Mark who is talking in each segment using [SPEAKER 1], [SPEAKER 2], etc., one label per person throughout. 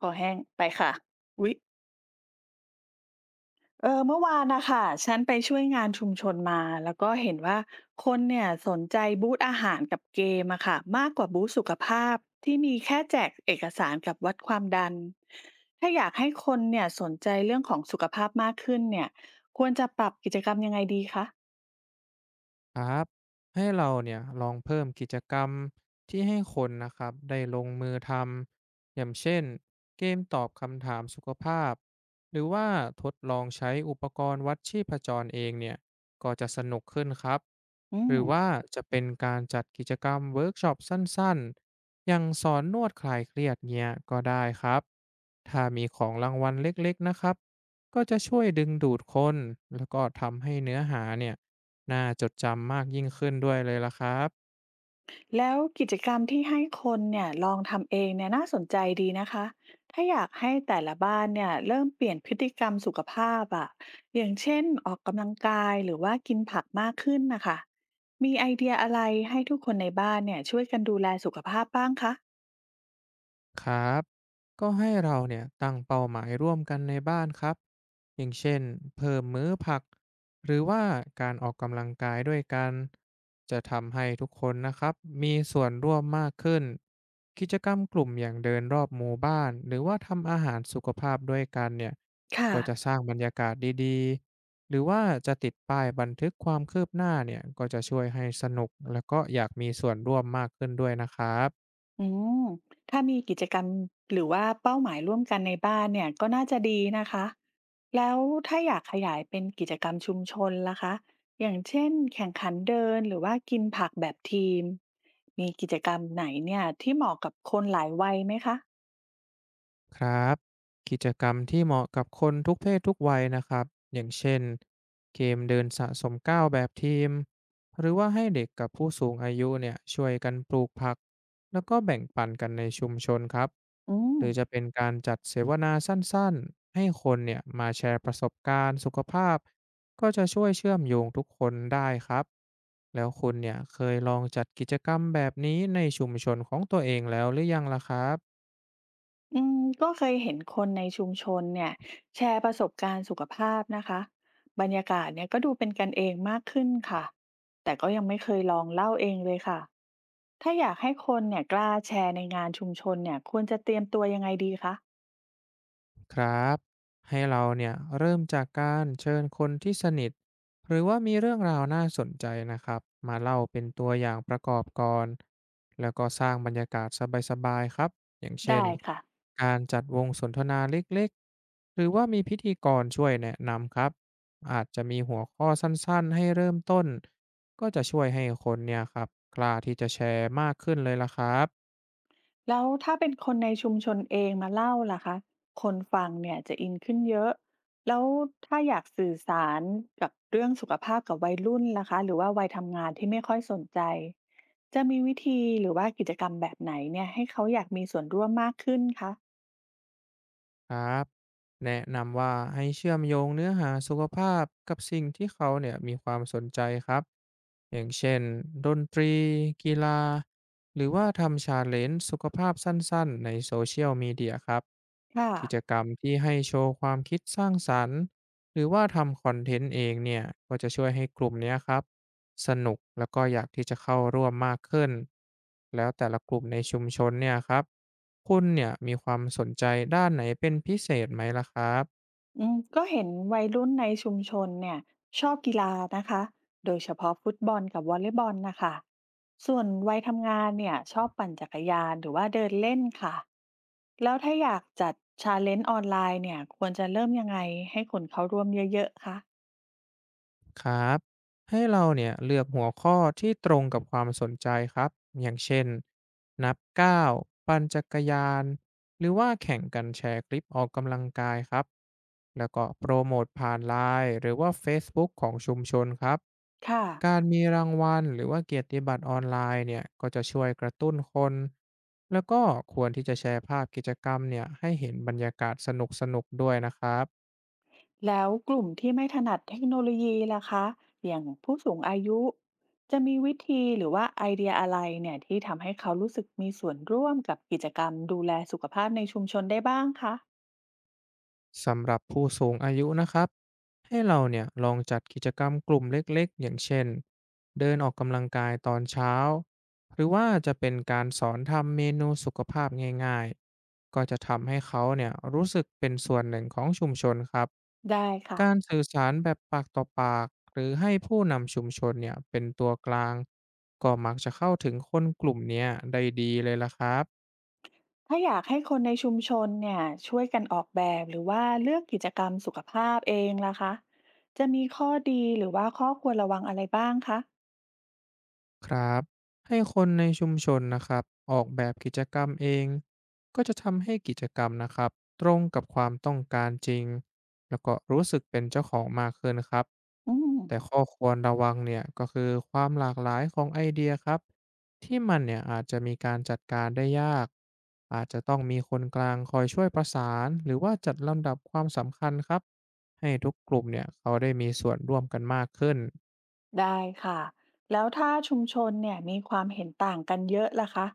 [SPEAKER 1] คอแห้งไปค่ะอุ๊ยเออเมื่อวานนะค่ะฉันไปช่วยงานชุมชนมา แล้วก็เห็นว่าคนเนี่ยสนใจบูธอาหารกับเกมอะค่ะมากกว่าบูธสุขภาพที่มีแค่แจกเอกสารกับวัดความดัน ถ้าอยากให้คนเนี่ยสนใจเรื่องของสุขภาพมากขึ้นเนี่ยควรจะปรับกิจกรรมยังไงดีคะ
[SPEAKER 2] ครับให้เราเนี่ยลองเพิ่มกิจกรรมที่ให้คนนะครับได้ลงมือทำอย่างเช่นเกมตอบคำถามสุขภาพหรือว่าทดลองใช้อุปกรณ์วัดชีพจรเองเนี่ยก็จะสนุกขึ้นครับ
[SPEAKER 1] อื
[SPEAKER 2] หรื
[SPEAKER 1] ม
[SPEAKER 2] อว่าจะเป็นการจัดกิจกรรมเวิร์กช็อปสั้นๆอย่างสอนนวดคลายเครียดเนี่ยก็ได้ครับถ้ามีของรางวัลเล็กๆนะครับก็จะช่วยดึงดูดคนแล้วก็ทำให้เนื้อหาเนี่ย น่าจดจำมากยิ่งขึ้นด้วยเลยล่ะครับ
[SPEAKER 1] แล้วกิจกรรมที่ให้คนเนี่ยลองทำเองเนี่ยน่าสนใจดีนะคะ ถ้าอยากให้แต่ละบ้านเนี่ยเริ่มเปลี่ยนพฤติกรรมสุขภาพอะอย่างเช่นออกกำลังกายหรือว่ากินผักมากขึ้นนะคะมีไอเดียอะไรให้ทุกคนในบ้านเนี่ยช่วยกันดูแลสุขภาพบ้างคะ
[SPEAKER 2] ครับก็ให้เราเนี่ยตั้งเป้าหมายร่วมกันในบ้านครับอย่างเช่นเพิ่มมื้อผักหรือว่าการออกกำลังกายด้วยกันจะทำให้ทุกคนนะครับมีส่วนร่วมมากขึ้นกิจกรรมกลุ่มอย่างเดินรอบหมู่บ้านหรือว่าทำอาหารสุขภาพด้วยกันเนี่ย
[SPEAKER 1] ค่ะ
[SPEAKER 2] ก็จะสร้างบรรยากาศดีๆหรือว่าจะติดป้ายบันทึกความคืบหน้าเนี่ยก็จะช่วยให้สนุกแล้วก็อยากมีส่วนร่วมมากขึ้นด้วยนะครับ
[SPEAKER 1] อืมถ้ามีกิจกรรมหรือว่าเป้าหมายร่วมกันในบ้านเนี่ยก็น่าจะดีนะคะ แล้วถ้าอยากขยายเป็นกิจกรรมชุมชนล่ะคะ อย่างเช่นแข่งขันเดินหรือว่ากินผักแบบทีม มีกิจกรรมไหนเนี่ยที่เหมาะกับคนหลายวัยไหมคะ
[SPEAKER 2] ครับกิจกรรมที่เหมาะกับคนทุกเพศทุกวัยนะครับอย่างเช่นเกมเดินสะสมก้าวแบบทีมหรือว่าให้เด็กกับผู้สูงอายุเนี่ยช่วยกันปลูกผักแล้วก็แบ่งปันกันในชุมชนครับ
[SPEAKER 1] อืม
[SPEAKER 2] หรือจะเป็นการจัดเสวนาสั้นๆให้คนเนี่ยมาแชร์ประสบการณ์สุขภาพก็จะช่วยเชื่อมโยงทุกคนได้ครับแล้วคุณเนี่ยเคยลองจัดกิจกรรมแบบนี้ในชุมชนของตัวเองแล้วหรือยังล่ะครับ
[SPEAKER 1] อืมก็เคยเห็นคนในชุมชนเนี่ยแชร์ประสบการณ์สุขภาพนะคะบรรยากาศเนี่ยก็ดูเป็นกันเองมากขึ้นค่ะแต่ก็ยังไม่เคยลองเล่าเองเลยค่ะถ้าอยากให้คนเนี่ยกล้าแชร์ในงานชุมชนเนี่ยควรจะเตรียมตัวยังไงดีคะ
[SPEAKER 2] ครับให้เราเนี่ยเริ่มจากการเชิญคนที่สนิทหรือว่ามีเรื่องราวน่าสนใจนะครับมาเล่าเป็นตัวอย่างประกอบก่อนแล้วก็สร้างบรรยากาศสบายๆครับอย่างเช่น
[SPEAKER 1] ได้ค่ะ
[SPEAKER 2] การจัดวงสนทนาเล็กๆหรือว่ามีพิธีกรช่วยแนะนำครับอาจจะมีหัวข้อสั้นๆให้เริ่มต้นก็จะช่วยให้คนเนี่ยครับกล้าที่จะแชร์มากขึ้นเลยละครับ
[SPEAKER 1] แล้วถ้าเป็นคนในชุมชนเองมาเล่าล่ะคะคนฟังเนี่ยจะอินขึ้นเยอะแล้วถ้าอยากสื่อสารกับเรื่องสุขภาพกับวัยรุ่นล่ะคะหรือว่าวัยทำงานที่ไม่ค่อยสนใจจะมีวิธีหรือว่ากิจกรรมแบบไหนเนี่ยให้เขาอยากมีส่วนร่วมมากขึ้นคะ
[SPEAKER 2] ครับแนะนำว่าให้เชื่อมโยงเนื้อหาสุขภาพกับสิ่งที่เขาเนี่ยมีความสนใจครับอย่างเช่นดนตรีกีฬาหรือว่าทำชาเลนจ์สุขภาพสั้นๆในโซเชียลมีเดียครับ
[SPEAKER 1] ค่ะ
[SPEAKER 2] กิจกรรมที่ให้โชว์ความคิดสร้างสรรค์หรือว่าทำคอนเทนต์เองเนี่ยก็จะช่วยให้กลุ่มเนี้ยครับสนุกแล้วก็อยากที่จะเข้าร่วมมากขึ้นแล้วแต่ละกลุ่มในชุมชนเนี่ยครับ คุณเนี่ยมีความสนใจด้านไหนเป็นพิเศษไหมล่ะครับ
[SPEAKER 1] อืมก็เห็นวัยรุ่นในชุมชนเนี่ยชอบกีฬานะคะโดยเฉพาะฟุตบอลกับวอลเลย์บอลนะคะส่วนวัยทำงานเนี่ยชอบปั่นจักรยานหรือว่าเดินเล่นค่ะแล้วถ้าอยากจัดชาเลนจ์ออนไลน์เนี่ยควรจะเริ่มยังไงให้คนเขาร่วมเยอะๆคะ
[SPEAKER 2] ครับให้เราเนี่ยเลือกหัวข้อที่ตรงกับความสนใจครับอย่างเช่นนับก้าวปั่นจักรยานหรือว่าแข่งกันแชร์คลิปออกกำลังกายครับแล้วก็โปรโมทผ่านไลน์หรือว่า Facebook ของชุมชนครับ
[SPEAKER 1] ค่ะ
[SPEAKER 2] การมีรางวัลหรือว่าเกียรติบัตรออนไลน์เนี่ยก็จะช่วยกระตุ้นคนแล้วก็ควรที่จะแชร์ภาพกิจกรรมเนี่ยให้เห็นบรรยากาศสนุกๆด้วยนะครับ
[SPEAKER 1] แล้วกลุ่มที่ไม่ถนัดเทคโนโลยีล่ะคะอย่างผู้สูงอายุจะมีวิธีหรือว่าไอเดียอะไรเนี่ยที่ทำให้เขารู้สึกมีส่วนร่วมกับกิจกรรมดูแลสุขภาพในชุมชนได้บ้างคะ
[SPEAKER 2] สำหรับผู้สูงอายุนะครับให้เราเนี่ยลองจัดกิจกรรมกลุ่มเล็กๆอย่างเช่นเดินออกกำลังกายตอนเช้าหรือว่าจะเป็นการสอนทำเมนูสุขภาพง่ายๆก็จะทำให้เขาเนี่ยรู้สึกเป็นส่วนหนึ่งของชุมชนครับ
[SPEAKER 1] ได้ค่ะ
[SPEAKER 2] การสื่อสารแบบปากต่อปากหรือให้ผู้นำชุมชนเนี่ยเป็นตัวกลางก็มักจะเข้าถึงคนกลุ่มเนี้ยได้ดีเลยละครับ
[SPEAKER 1] ถ้าอยากให้คนในชุมชนเนี่ยช่วยกันออกแบบหรือว่าเลือกกิจกรรมสุขภาพเองล่ะคะจะมีข้อดีหรือว่าข้อควรระวังอะไรบ้างคะ
[SPEAKER 2] ครับให้คนในชุมชนนะครับออกแบบกิจกรรมเองก็จะทำให้กิจกรรมนะครับตรงกับความต้องการจริงแล้วก็รู้สึกเป็นเจ้าของมากขึ้นครับ
[SPEAKER 1] อืม
[SPEAKER 2] แต่ข้อควรระวังเนี่ยก็คือความหลากหลายของไอเดียครับที่มันเนี่ยอาจจะมีการจัดการได้ยากอาจจะต้องมีคนกลางคอยช่วยประสานหรือว่าจัดลำดับความสำคัญครับให้ทุกกลุ่มเนี่ยเขาได้มีส่วนร่วมกันมากขึ้น
[SPEAKER 1] ได้ค่ะแล้วถ้าชุมชนเนี่ยมีความเห็นต่างกันเยอะล่ะคะ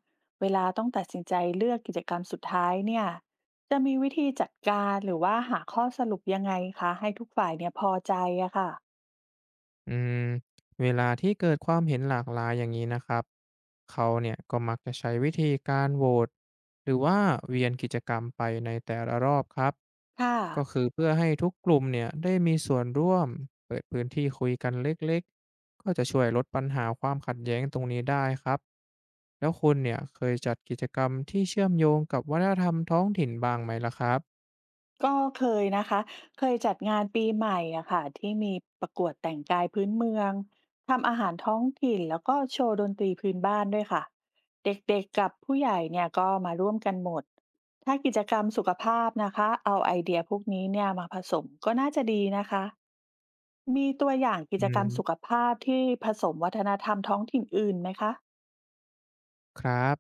[SPEAKER 1] เวลาต้องตัดสินใจเลือกกิจกรรมสุดท้ายเนี่ยจะมีวิธีจัดการหรือว่าหาข้อสรุปยังไงคะให้ทุกฝ่ายเนี่ยพอใจอะค่ะ
[SPEAKER 2] อืมเวลาที่เกิดความเห็นหลากหลายอย่างนี้นะครับเขาเนี่ยก็มักจะใช้วิธีการโหวตหรือว่าเวียนกิจกรรมไปในแต่ละรอบครับ
[SPEAKER 1] ค่ะ
[SPEAKER 2] ก็คือเพื่อให้ทุกกลุ่มเนี่ยได้มีส่วนร่วมเปิดพื้นที่คุยกันเล็กๆก็จะช่วยลดปัญหาความขัดแย้งตรงนี้ได้ครับแล้วคุณเนี่ยเคยจัดกิจกรรมที่เชื่อมโยงกับวัฒนธรรมท้องถิ่นบ้างไหมล่ะครับ
[SPEAKER 1] ก็เคยนะคะเคยจัดงานปีใหม่อะค่ะที่มีประกวดแต่งกายพื้นเมืองทำอาหารท้องถิ่นแล้วก็โชว์ดนตรีพื้นบ้านด้วยค่ะเด็กๆกับผู้ใหญ่เนี่ยก็มาร่วมกันหมดถ้ากิจกรรมสุขภาพนะคะเอาไอเดียพวกนี้เนี่ยมาผสมก็น่าจะดีนะคะมีตัวอย่างกิ
[SPEAKER 2] อื
[SPEAKER 1] จกรรมสุข
[SPEAKER 2] ม
[SPEAKER 1] ภาพที่ผสมวัฒนธรรมท้องถิ่นอื่นไหมคะ
[SPEAKER 2] ครับ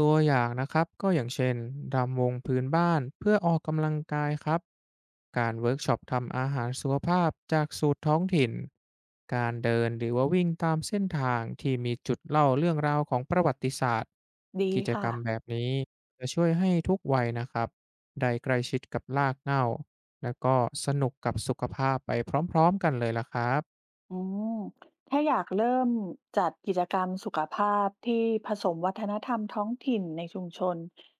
[SPEAKER 2] ตัวอย่างนะครับก็อย่างเช่นรำวงพื้นบ้านเพื่อออกกำลังกายครับการเวิร์กช็อปทำอาหารสุขภาพจากสูตรท้องถิ่นการเดินหรือว่าวิ่งตามเส้นทางที่มีจุดเล่าเรื่องราวของประวัติศาสตร์
[SPEAKER 1] ดี
[SPEAKER 2] กิจกร
[SPEAKER 1] ค่ะ
[SPEAKER 2] รมแบบนี้จะช่วยให้ทุกวัยนะครับได้ใกล้ชิดกับรากเหง้าแล้วก็สนุกกับสุขภาพไปพร้อมๆกันเลยล่ะครับ
[SPEAKER 1] อืมถ้าอยากเริ่มจัดกิจกรรมสุขภาพที่ผสมวัฒนธรรมท้องถิ่นในชุมชน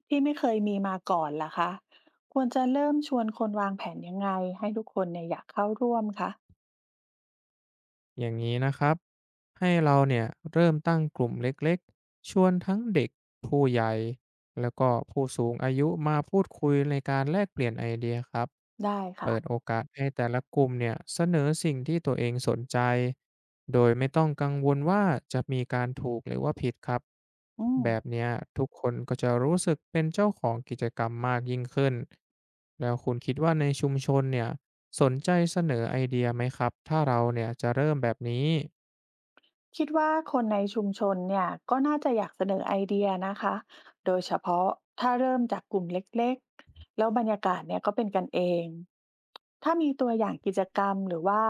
[SPEAKER 1] ที่ไม่เคยมีมาก่อนล่ะคะควรจะเริ่มชวนคนวางแผนยังไงให้ทุกคนเนี่ยอยากเข้าร่วมคะ
[SPEAKER 2] อย่างนี้นะครับให้เราเนี่ยเริ่มตั้งกลุ่มเล็กๆชวนทั้งเด็กผู้ใหญ่แล้วก็ผู้สูงอายุมาพูดคุยในการแลกเปลี่ยนไอเดียครับ
[SPEAKER 1] ได้ค่ะ
[SPEAKER 2] เปิดโอกาสให้แต่ละกลุ่มเนี่ยเสนอสิ่งที่ตัวเองสนใจโดยไม่ต้องกังวลว่าจะมีการถูกหรือว่าผิดครับ
[SPEAKER 1] อืม
[SPEAKER 2] แบบเนี้ยทุกคนก็จะรู้สึกเป็นเจ้าของกิจกรรมมากยิ่งขึ้นแล้วคุณคิดว่าในชุมชนเนี่ย สนใจเสนอไอเดียไหมครับถ้าเราเนี่ยจะเริ่มแบบนี้
[SPEAKER 1] คิดว่าคนในชุมชนเนี่ยก็น่าจะอยากเสนอไอเดียนะคะ โดยเฉพาะถ้าเริ่มจากกลุ่มเล็กๆ แล้วบรรยากาศเนี่ยก็เป็นกันเอง ถ้ามีตัวอย่างกิจกรรมหรือว่า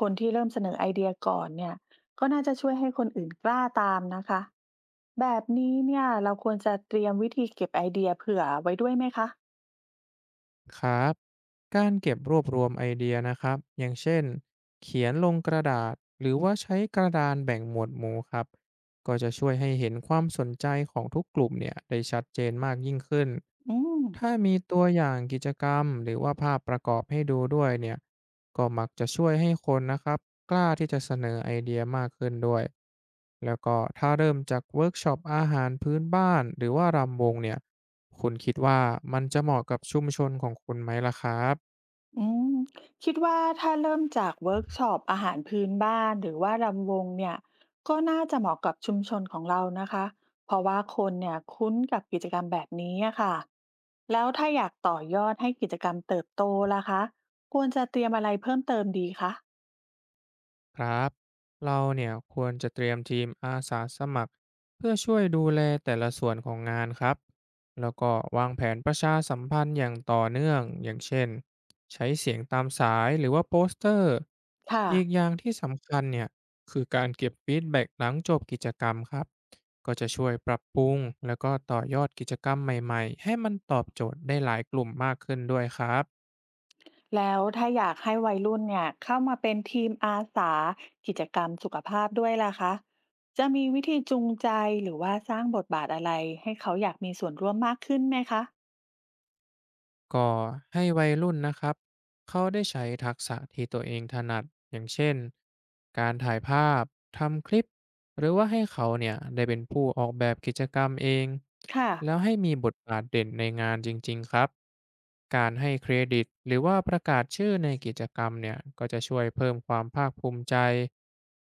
[SPEAKER 1] คนที่เริ่มเสนอไอเดียก่อนเนี่ยก็น่าจะช่วยให้คนอื่นกล้าตามนะคะ แบบนี้เนี่ยเราควรจะเตรียมวิธีเก็บไอเดียเผื่อไว้ด้วยไหมคะ
[SPEAKER 2] ครับการเก็บรวบรวมไอเดียนะครับอย่างเช่นเขียนลงกระดาษหรือว่าใช้กระดานแบ่งหมวดหมู่ครับก็จะช่วยให้เห็นความสนใจของทุกกลุ่มเนี่ยได้ชัดเจนมากยิ่งขึ้น
[SPEAKER 1] อืม
[SPEAKER 2] ถ้ามีตัวอย่างกิจกรรมหรือว่าภาพประกอบให้ดูด้วยเนี่ยก็มักจะช่วยให้คนนะครับกล้าที่จะเสนอไอเดียมากขึ้นด้วยแล้วก็ถ้าเริ่มจากเวิร์กช็อปอาหารพื้นบ้านหรือว่ารำวงเนี่ย คุณคิดว่ามันจะเหมาะกับชุมชนของคุณไหมล่ะครับ
[SPEAKER 1] อืมคิดว่าถ้าเริ่มจากเวิร์กช็อปอาหารพื้นบ้านหรือว่ารำวงเนี่ยก็น่าจะเหมาะกับชุมชนของเรานะคะเพราะว่าคนเนี่ยคุ้นกับกิจกรรมแบบนี้อะค่ะแล้วถ้าอยากต่อยอดให้กิจกรรมเติบโตล่ะคะควรจะเตรียมอะไรเพิ่มเติมดีคะ
[SPEAKER 2] ครับเราเนี่ยควรจะเตรียมทีมอาสาสมัครเพื่อช่วยดูแลแต่ละส่วนของงานครับแล้วก็วางแผนประชาสัมพันธ์อย่างต่อเนื่องอย่างเช่นใช้เสียงตามสายหรือว่าโปสเตอร์
[SPEAKER 1] ค่ะ
[SPEAKER 2] อีกอย่างที่สำคัญเนี่ยคือการเก็บฟีดแบ็กหลังจบกิจกรรมครับก็จะช่วยปรับปรุงแล้วก็ต่อยอดกิจกรรมใหม่ๆให้มันตอบโจทย์ได้หลายกลุ่มมากขึ้นด้วยครับ
[SPEAKER 1] แล้วถ้าอยากให้วัยรุ่นเนี่ยเข้ามาเป็นทีมอาสากิจกรรมสุขภาพด้วยล่ะคะจะมีวิธีจูงใจหรือว่าสร้างบทบาทอะไรให้เขาอยากมีส่วนร่วมมากขึ้นไหมคะ
[SPEAKER 2] ก็ให้วัยรุ่นนะครับเขาได้ใช้ทักษะที่ตัวเองถนัดอย่างเช่นการถ่ายภาพทำคลิปหรือว่าให้เขาเนี่ยได้เป็นผู้ออกแบบกิจกรรมเอง
[SPEAKER 1] ค่ะ
[SPEAKER 2] แล้วให้มีบทบาทเด่นในงานจริงๆครับการให้เครดิตหรือว่าประกาศชื่อในกิจกรรมเนี่ยก็จะช่วยเพิ่มความภาคภูมิใจ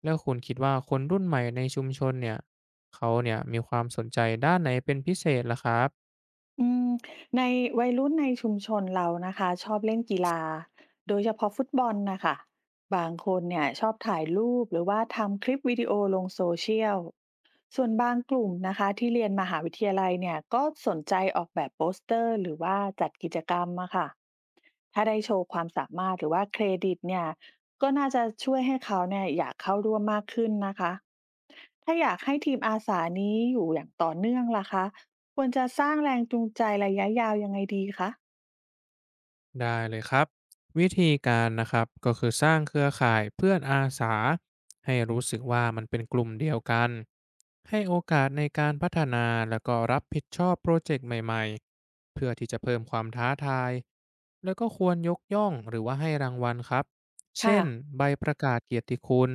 [SPEAKER 2] แล้วคุณคิดว่าคนรุ่นใหม่ในชุมชนเนี่ยเขาเนี่ยมีความสนใจด้านไหนเป็นพิเศษล่ะครับ
[SPEAKER 1] อืมในวัยรุ่นในชุมชนเรานะคะชอบเล่นกีฬาโดยเฉพาะฟุตบอลนะคะบางคนเนี่ยชอบถ่ายรูปหรือว่าทำคลิปวิดีโอลงโซเชียลส่วนบางกลุ่มนะคะที่เรียนมหาวิทยาลัยเนี่ยก็สนใจออกแบบโปสเตอร์หรือว่าจัดกิจกรรมอะค่ะถ้าได้โชว์ความสามารถหรือว่าเครดิตเนี่ยก็น่าจะช่วยให้เขาเนี่ยอยากเข้าร่วมมากขึ้นนะคะ ถ้าอยากให้ทีมอาสานี้อยู่อย่างต่อเนื่องล่ะคะควรจะสร้างแรงจูงใจระยะยาวยังไงดีคะ
[SPEAKER 2] ได้เลยครับวิธีการนะครับก็คือสร้างเครือข่ายเพื่อนอาสาให้รู้สึกว่ามันเป็นกลุ่มเดียวกันให้โอกาสในการพัฒนาแล้วก็รับผิดชอบโปรเจกต์ใหม่ๆเพื่อที่จะเพิ่มความท้าทายแล้วก็ควรยกย่องหรือว่าให้รางวัลครับ
[SPEAKER 1] ค่ะ
[SPEAKER 2] เช่นใบประกาศเกียรติคุณ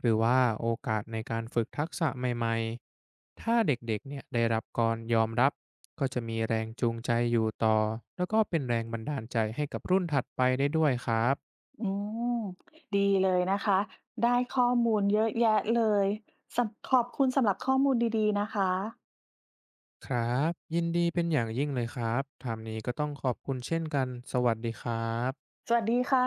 [SPEAKER 2] หรือว่าโอกาสในการฝึกทักษะใหม่ๆ ถ้าเด็กๆเนี่ยได้รับการยอมรับก็จะมีแรงจูงใจอยู่ต่อแล้วก็เป็นแรงบันดาลใจให้กับรุ่นถัดไปได้ด้วยครับ
[SPEAKER 1] อืมดีเลยนะคะได้ข้อมูลเยอะแยะเลยสำขอบคุณสำหรับข้อมูลดีๆนะคะ
[SPEAKER 2] ครับ ยินดีเป็นอย่างยิ่งเลยครับถามนี้ก็ต้องขอบคุณเช่นกัน สวัสดีครับ
[SPEAKER 1] สวัสดีค่ะ